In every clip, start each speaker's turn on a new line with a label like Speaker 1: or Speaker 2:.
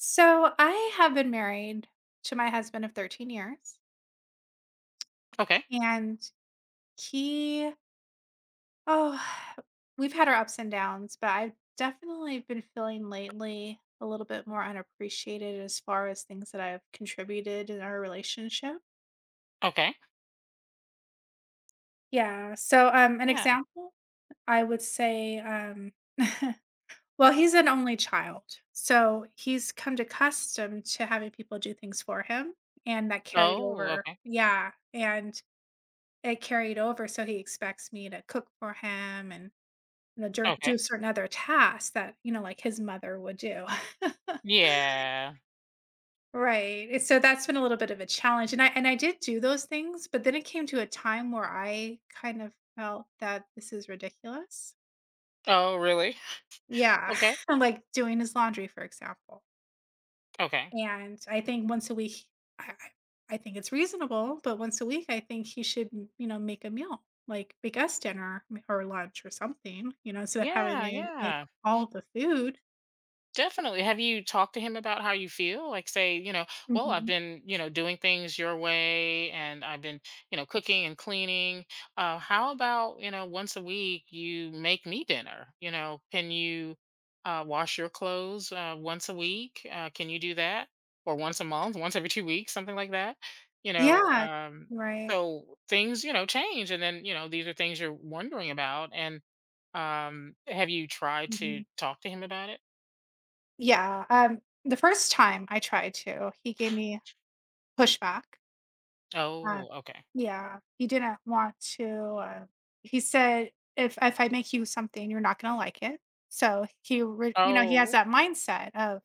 Speaker 1: So I have been married to my husband of 13 years,
Speaker 2: Okay.
Speaker 1: and he oh we've had our ups and downs, but I've definitely been feeling lately a little bit more unappreciated as far as things that I've contributed in our relationship.
Speaker 2: Okay.
Speaker 1: Yeah. So an
Speaker 2: Yeah.
Speaker 1: example I would say. Well, he's an only child. So he's come to accustomed to having people do things for him, and that carried
Speaker 2: Oh,
Speaker 1: over.
Speaker 2: okay.
Speaker 1: Yeah. And it carried over, so he expects me to cook for him and, you know, dur do
Speaker 2: Okay.
Speaker 1: certain other tasks that, you know, like his mother would do.
Speaker 2: Yeah.
Speaker 1: Right, and so that's been a little bit of a challenge, and I did do those things, but then it came to a time where I kind of felt that this is ridiculous.
Speaker 2: Oh, really?
Speaker 1: Yeah,
Speaker 2: Okay.
Speaker 1: like doing his laundry, for example.
Speaker 2: Okay.
Speaker 1: And I think once a week, I I think it's reasonable, but once a week, I think he should, you know, make a meal, like make us dinner or lunch or something, you know, instead of having
Speaker 2: Yeah,
Speaker 1: me make
Speaker 2: yeah.
Speaker 1: all the food.
Speaker 2: Definitely. Have you talked to him about how you feel? Like, say, well, I've
Speaker 1: Mhm.
Speaker 2: been doing things your way, and I've been cooking and cleaning. How about, once a week you make me dinner? Can you wash your clothes once a week? Can you do that? Or once a month, once every 2 weeks, something like that? You know,
Speaker 1: Yeah.
Speaker 2: um,
Speaker 1: Right.
Speaker 2: so things, change. And then, these are things you're wondering about. And have you tried
Speaker 1: Mhm.
Speaker 2: to talk to him about it?
Speaker 1: Yeah. The first time I tried to, he gave me pushback. Uh,
Speaker 2: Oh, okay.
Speaker 1: yeah, he didn't want to, uh he said, "If I make you something, you're not gonna like it." So he re you know, he has
Speaker 2: Oh,
Speaker 1: that mindset of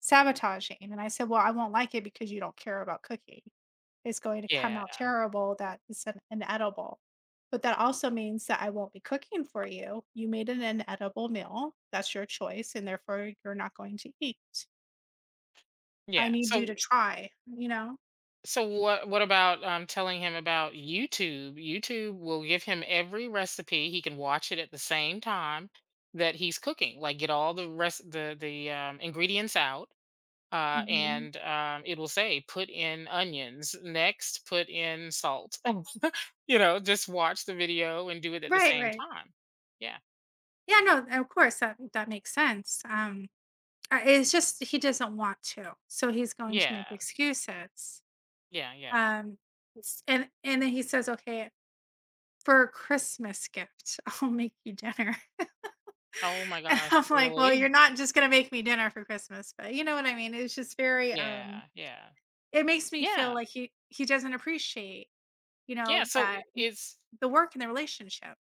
Speaker 1: sabotaging, and I said, "Well, I won't like it because you don't care about cooking. It's going to come
Speaker 2: yeah.
Speaker 1: out terrible. That is an inedible, but that also means that I won't be cooking for you. You made an inedible meal, that's your choice, and therefore you're not going to eat. I
Speaker 2: Yeah.
Speaker 1: need you
Speaker 2: So
Speaker 1: to try," you know?
Speaker 2: so what about telling him about YouTube? YouTube will give him every recipe. He can watch it at the same time that he's cooking. Like get all the rest the ingredients out.
Speaker 1: Mhm.
Speaker 2: And it will say put in onions, next put in salt. Just watch the video and do it at the
Speaker 1: Right,
Speaker 2: same
Speaker 1: right.
Speaker 2: time. Yeah,
Speaker 1: Yeah, no, of course, that makes sense. It's just he doesn't want to, so he's going to make
Speaker 2: yeah,
Speaker 1: excuses.
Speaker 2: yeah, yeah.
Speaker 1: Um, and then he says, "Okay, for a Christmas gift, I'll make you dinner."
Speaker 2: Oh my
Speaker 1: And
Speaker 2: gosh,
Speaker 1: I'm like, "Well, you're
Speaker 2: really?
Speaker 1: not just gonna make me dinner for Christmas, but you know what I mean." It's just very.
Speaker 2: Yeah, yeah.
Speaker 1: It makes me feel
Speaker 2: Yeah.
Speaker 1: like he doesn't appreciate, you
Speaker 2: Yeah.
Speaker 1: know,
Speaker 2: So
Speaker 1: that
Speaker 2: it's,
Speaker 1: the work and the relationship.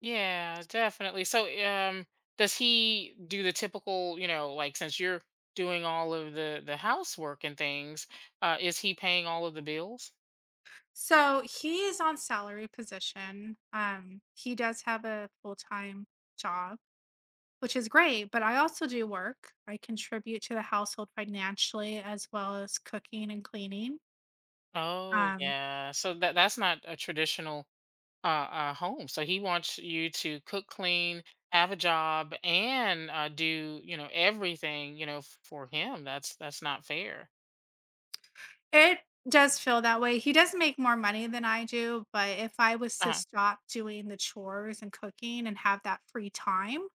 Speaker 2: yeah, definitely. So does he do the typical, like, since you're doing all of the housework and things, is he paying all of the bills?
Speaker 1: So he is on salary position. He does have a full time job, which is great, but I also do work. I contribute to the household financially as well as cooking and cleaning.
Speaker 2: Oh,
Speaker 1: Um,
Speaker 2: yeah. So that's not a traditional home. So he wants you to cook, clean, have a job, and do, everything, for him. That's not fair.
Speaker 1: it does feel that way. He does make more money than I do, but if I was to
Speaker 2: Uh,
Speaker 1: stop doing the chores and cooking and have that free time,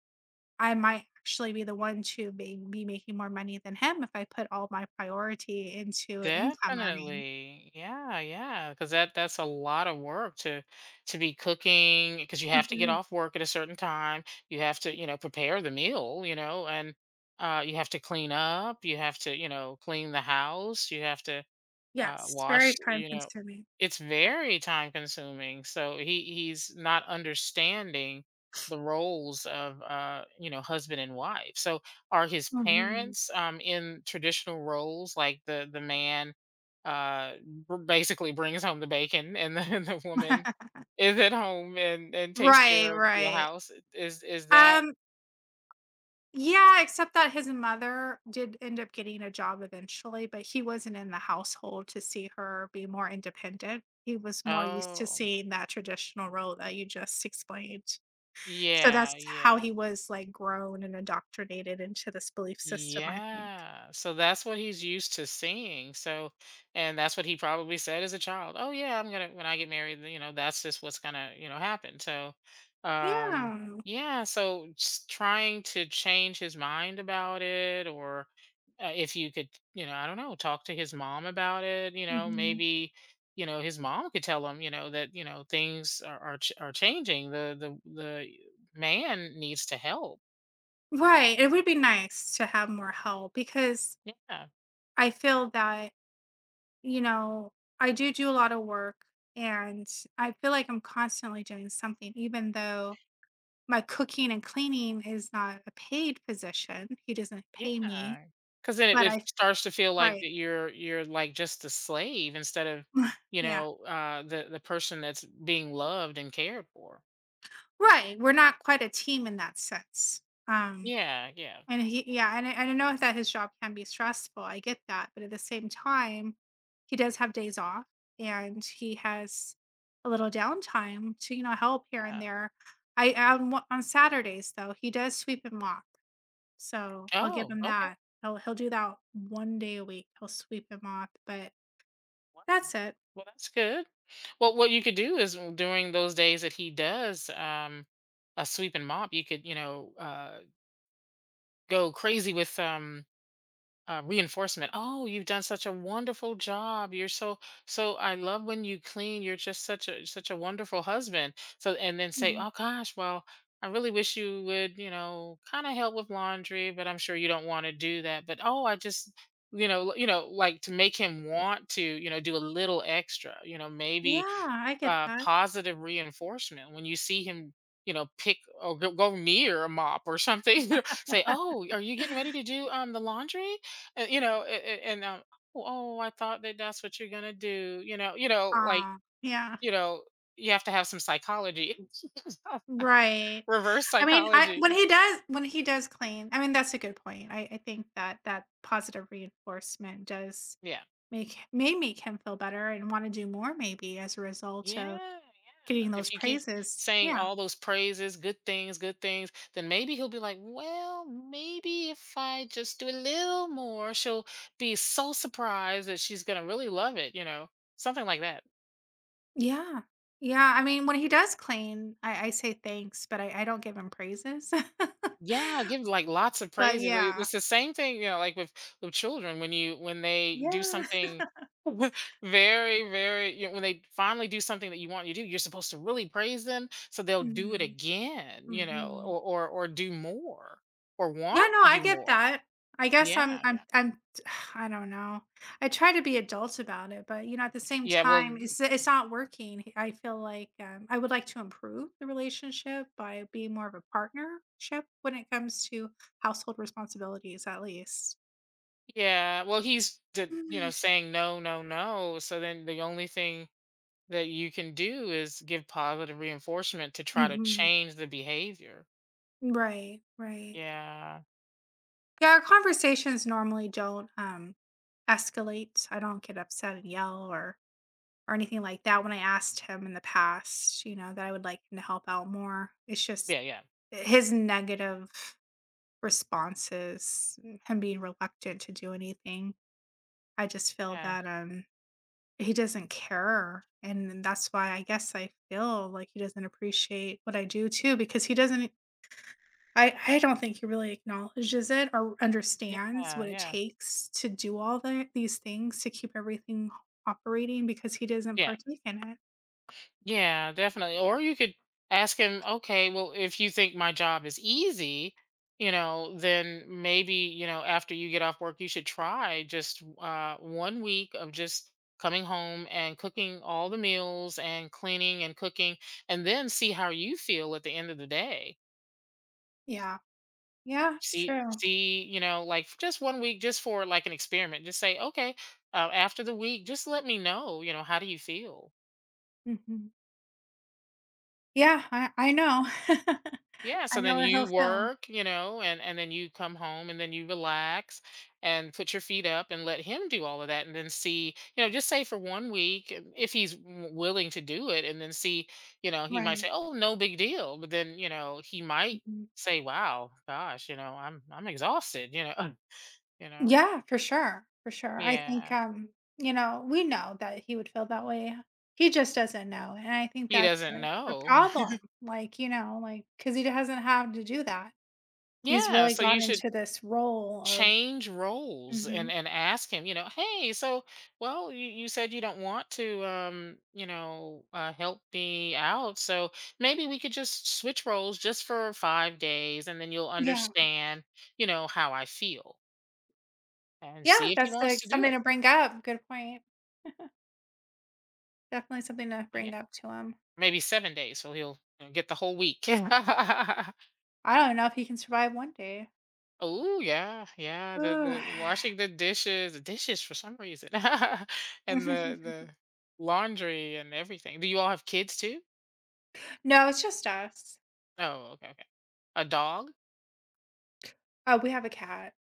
Speaker 1: I might actually be the one to be making more money than him if I put all my priority into income earning.
Speaker 2: Definitely. Yeah, yeah, cuz that's a lot of work to be cooking, because you have to get
Speaker 1: Mhm.
Speaker 2: off work at a certain time. You have to, prepare the meal, and you have to clean up, you have to, clean the house, you have to
Speaker 1: Yes, very
Speaker 2: wash.
Speaker 1: time consuming.
Speaker 2: It's very time consuming. So he's not understanding the roles of, husband and wife. So are his
Speaker 1: Mhm.
Speaker 2: parents, in traditional roles, like the man uh, basically brings home the bacon, and the, and the woman is at home and takes
Speaker 1: Right,
Speaker 2: care of the
Speaker 1: right.
Speaker 2: house? Is that?
Speaker 1: Um, yeah, except that his mother did end up getting a job eventually, but he wasn't in the household to see her be more independent. He was more used to
Speaker 2: Oh,
Speaker 1: seeing that traditional role that you just explained. So that's
Speaker 2: yeah,
Speaker 1: how
Speaker 2: yeah.
Speaker 1: he was like grown and indoctrinated into this belief system, I think.
Speaker 2: Yeah. So that's what he's used to seeing. So, and that's what he probably said as a child. Oh yeah, I'm gonna when I get married, that's just what's gonna, happen. So, um,
Speaker 1: Yeah.
Speaker 2: yeah. So just trying to change his mind about it, or, if you could, I don't know, talk to his mom about it.
Speaker 1: Mhm.
Speaker 2: Maybe, his mom could tell him, that things are changing. The man needs to help.
Speaker 1: Right. It would be nice to have more help because
Speaker 2: Yeah.
Speaker 1: I feel that, you know, I do do a lot of work, and I feel like I'm constantly doing something, even though my cooking and cleaning is not a paid position. He doesn't pay me,
Speaker 2: Yeah, because then it
Speaker 1: but
Speaker 2: it
Speaker 1: I
Speaker 2: starts to feel like
Speaker 1: right.
Speaker 2: that you're, like, just a slave instead of,
Speaker 1: Yeah.
Speaker 2: the person that's being loved and cared for.
Speaker 1: Right, we're not quite a team in that sense. Um,
Speaker 2: Yeah, yeah,
Speaker 1: and he yeah, and I know that his job can be stressful, I get that, but at the same time, he does have days off, and he has a little downtime to, you know, help here and
Speaker 2: yeah.
Speaker 1: there. I on w on Saturdays, though, he does sweep and mop, so I'll give
Speaker 2: Oh,
Speaker 1: him
Speaker 2: okay,
Speaker 1: that. He'll do that 1 day a week, he'll sweep and mop, but
Speaker 2: wow.
Speaker 1: that's it.
Speaker 2: Well, that's good. Well, what you could do is, during those days that he does, a sweep and mop, you could, go crazy with, reinforcement. Oh, you've done such a wonderful job. You're so. I love when you clean. You're just such a wonderful husband. So, and then say,
Speaker 1: Mhm.
Speaker 2: oh gosh, well, I really wish you would, kind of help with laundry, but I'm sure you don't want to do that. But oh, I just, like, to make him want to, do a little extra.
Speaker 1: Yeah,
Speaker 2: Maybe
Speaker 1: I get that.
Speaker 2: positive reinforcement when you see him, pick or go near a mop or something. Say, "Oh, are you getting ready to do the laundry?" And, "Oh, oh, I thought that's what you're gonna do."
Speaker 1: Aw, yeah,
Speaker 2: You know, you have to have some psychology,
Speaker 1: right.
Speaker 2: reverse
Speaker 1: I mean, I
Speaker 2: psychology.
Speaker 1: when he does clean, I mean, that's a good point. I think that that positive reinforcement does
Speaker 2: Yeah.
Speaker 1: make may make him feel better and wanna do more maybe as a result
Speaker 2: Yeah,
Speaker 1: of getting
Speaker 2: yeah.
Speaker 1: those
Speaker 2: If you keep
Speaker 1: praises.
Speaker 2: saying
Speaker 1: Yeah.
Speaker 2: all those praises, good things, then maybe he'll be like, well, maybe if I just do a little more, she'll be so surprised that she's going to really love it, something like that.
Speaker 1: Yeah. Yeah, I mean, when he does clean, I say thanks, but I don't give him praises.
Speaker 2: Yeah, give like lots of
Speaker 1: But
Speaker 2: praises. Like,
Speaker 1: yeah.
Speaker 2: it's the same thing, like, with children, when you when they do
Speaker 1: Yeah.
Speaker 2: something, very, very, when they finally do something that you want you to do, you're supposed to really praise them so they'll do it
Speaker 1: Mhm.
Speaker 2: again,
Speaker 1: Mhm.
Speaker 2: or or do more or want
Speaker 1: Yeah, no,
Speaker 2: to
Speaker 1: I
Speaker 2: do
Speaker 1: get
Speaker 2: more.
Speaker 1: that. I guess I'm
Speaker 2: Yeah,
Speaker 1: I'm
Speaker 2: yeah.
Speaker 1: I'm I don't know. I try to be adult about it, but, you know, at the same
Speaker 2: Yeah,
Speaker 1: time,
Speaker 2: well
Speaker 1: it's not working. I feel like, I would like to improve the relationship by being more of a partnership when it comes to household responsibilities, at least.
Speaker 2: yeah, well he's
Speaker 1: Mm.
Speaker 2: saying no, no, no. So then the only thing that you can do is give positive reinforcement to try to
Speaker 1: Mhm.
Speaker 2: change the behavior.
Speaker 1: Right, right.
Speaker 2: Yeah.
Speaker 1: Yeah, our conversations normally don't, escalate. I don't get upset and yell or anything like that when I asked him in the past, you know, that I would like him to help out more. It's just
Speaker 2: Yeah, yeah.
Speaker 1: his negative responses, him being reluctant to do anything. I just feel
Speaker 2: Yeah.
Speaker 1: that he doesn't care. And that's why I guess I feel like he doesn't appreciate what I do too, because he doesn't I don't think he really acknowledges it or understands
Speaker 2: Yeah,
Speaker 1: what it
Speaker 2: yeah.
Speaker 1: takes to do all these things to keep everything operating because he doesn't
Speaker 2: Yeah.
Speaker 1: partake in it.
Speaker 2: Yeah, definitely. Or you could ask him, okay, well, if you think my job is easy, then maybe, after you get off work, you should try just, 1 week of just coming home and cooking all the meals and cleaning and cooking, and then see how you feel at the end of the day.
Speaker 1: Yeah. Yeah, it's
Speaker 2: See,
Speaker 1: true.
Speaker 2: see, like, just 1 week, just for like an experiment, just say, okay, after the week, just let me know, how do you feel?
Speaker 1: Mhm. Yeah, I know.
Speaker 2: Yeah,
Speaker 1: I
Speaker 2: so
Speaker 1: know
Speaker 2: then
Speaker 1: what
Speaker 2: you
Speaker 1: he'll feel.
Speaker 2: work, and then you come home and then you relax and put your feet up and let him do all of that, and then see, just say for 1 week, if he's willing to do it, and then see, he might
Speaker 1: Right.
Speaker 2: say, "Oh, no big deal." But then, he might
Speaker 1: Mhm.
Speaker 2: say, "Wow, gosh, I'm exhausted," You know.
Speaker 1: Yeah, for sure, for sure. I think,
Speaker 2: Yeah.
Speaker 1: you know, we know that he would feel that way. He just doesn't know, and I think
Speaker 2: He
Speaker 1: that's
Speaker 2: doesn't
Speaker 1: the
Speaker 2: know.
Speaker 1: problem. Like, you know, like because he hasn't had to do that. He's
Speaker 2: Yeah,
Speaker 1: really
Speaker 2: so
Speaker 1: gone
Speaker 2: you should
Speaker 1: into this role of
Speaker 2: change roles and
Speaker 1: mhm.
Speaker 2: and ask him, hey, so, well, you said you don't want to, help me out, so maybe we could just switch roles just for 5 days, and then you'll
Speaker 1: Yeah.
Speaker 2: understand how I feel, and
Speaker 1: Yeah,
Speaker 2: see if he
Speaker 1: that's,
Speaker 2: wants
Speaker 1: like,
Speaker 2: to do
Speaker 1: something
Speaker 2: it.
Speaker 1: to bring up. Good point. Definitely something to
Speaker 2: Yeah.
Speaker 1: bring up to him.
Speaker 2: Maybe 7 days, so he'll, get the whole week.
Speaker 1: I don't know if he can survive one day.
Speaker 2: Oh yeah, yeah. The
Speaker 1: Ooh.
Speaker 2: the washing the dishes, for some reason, and the the laundry and everything. Do you all have kids too?
Speaker 1: No, it's just us.
Speaker 2: Oh, okay, okay. A dog?
Speaker 1: Oh, we have a cat.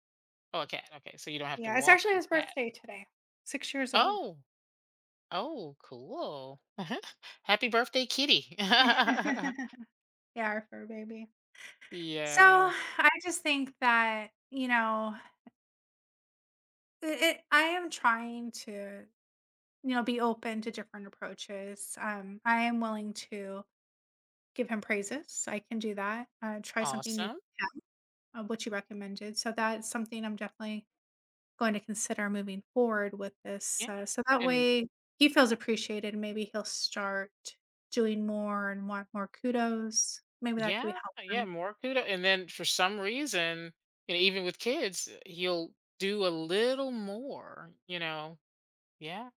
Speaker 2: Oh, a cat. Okay, so you don't have to
Speaker 1: Yeah, it's
Speaker 2: walk
Speaker 1: actually
Speaker 2: the
Speaker 1: his
Speaker 2: cat.
Speaker 1: birthday today. 6 years old.
Speaker 2: Oh, oh, cool. Happy birthday, kitty.
Speaker 1: Yeah, our fur baby. So,
Speaker 2: Yeah,
Speaker 1: I just think that, you know, it I am trying to, you know, be open to different approaches. I am willing to give him praises. I can do that. Try something new
Speaker 2: awesome.
Speaker 1: with which you recommended. So that's something I'm definitely going to consider moving forward with this,
Speaker 2: Yeah,
Speaker 1: so that
Speaker 2: and
Speaker 1: way he feels appreciated, maybe he'll start doing more and want more kudos. Maybe that could
Speaker 2: yeah,
Speaker 1: help
Speaker 2: yeah.
Speaker 1: him.
Speaker 2: More kudos. And then for some reason, even with kids, he'll do a little more. Yeah,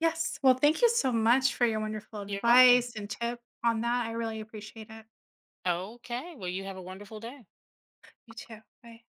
Speaker 1: Yes, well, thank you so much for your wonderful
Speaker 2: you're welcome.
Speaker 1: advice and tip on that, I really appreciate it.
Speaker 2: Okay. Well, you have a wonderful day.
Speaker 1: You too, bye.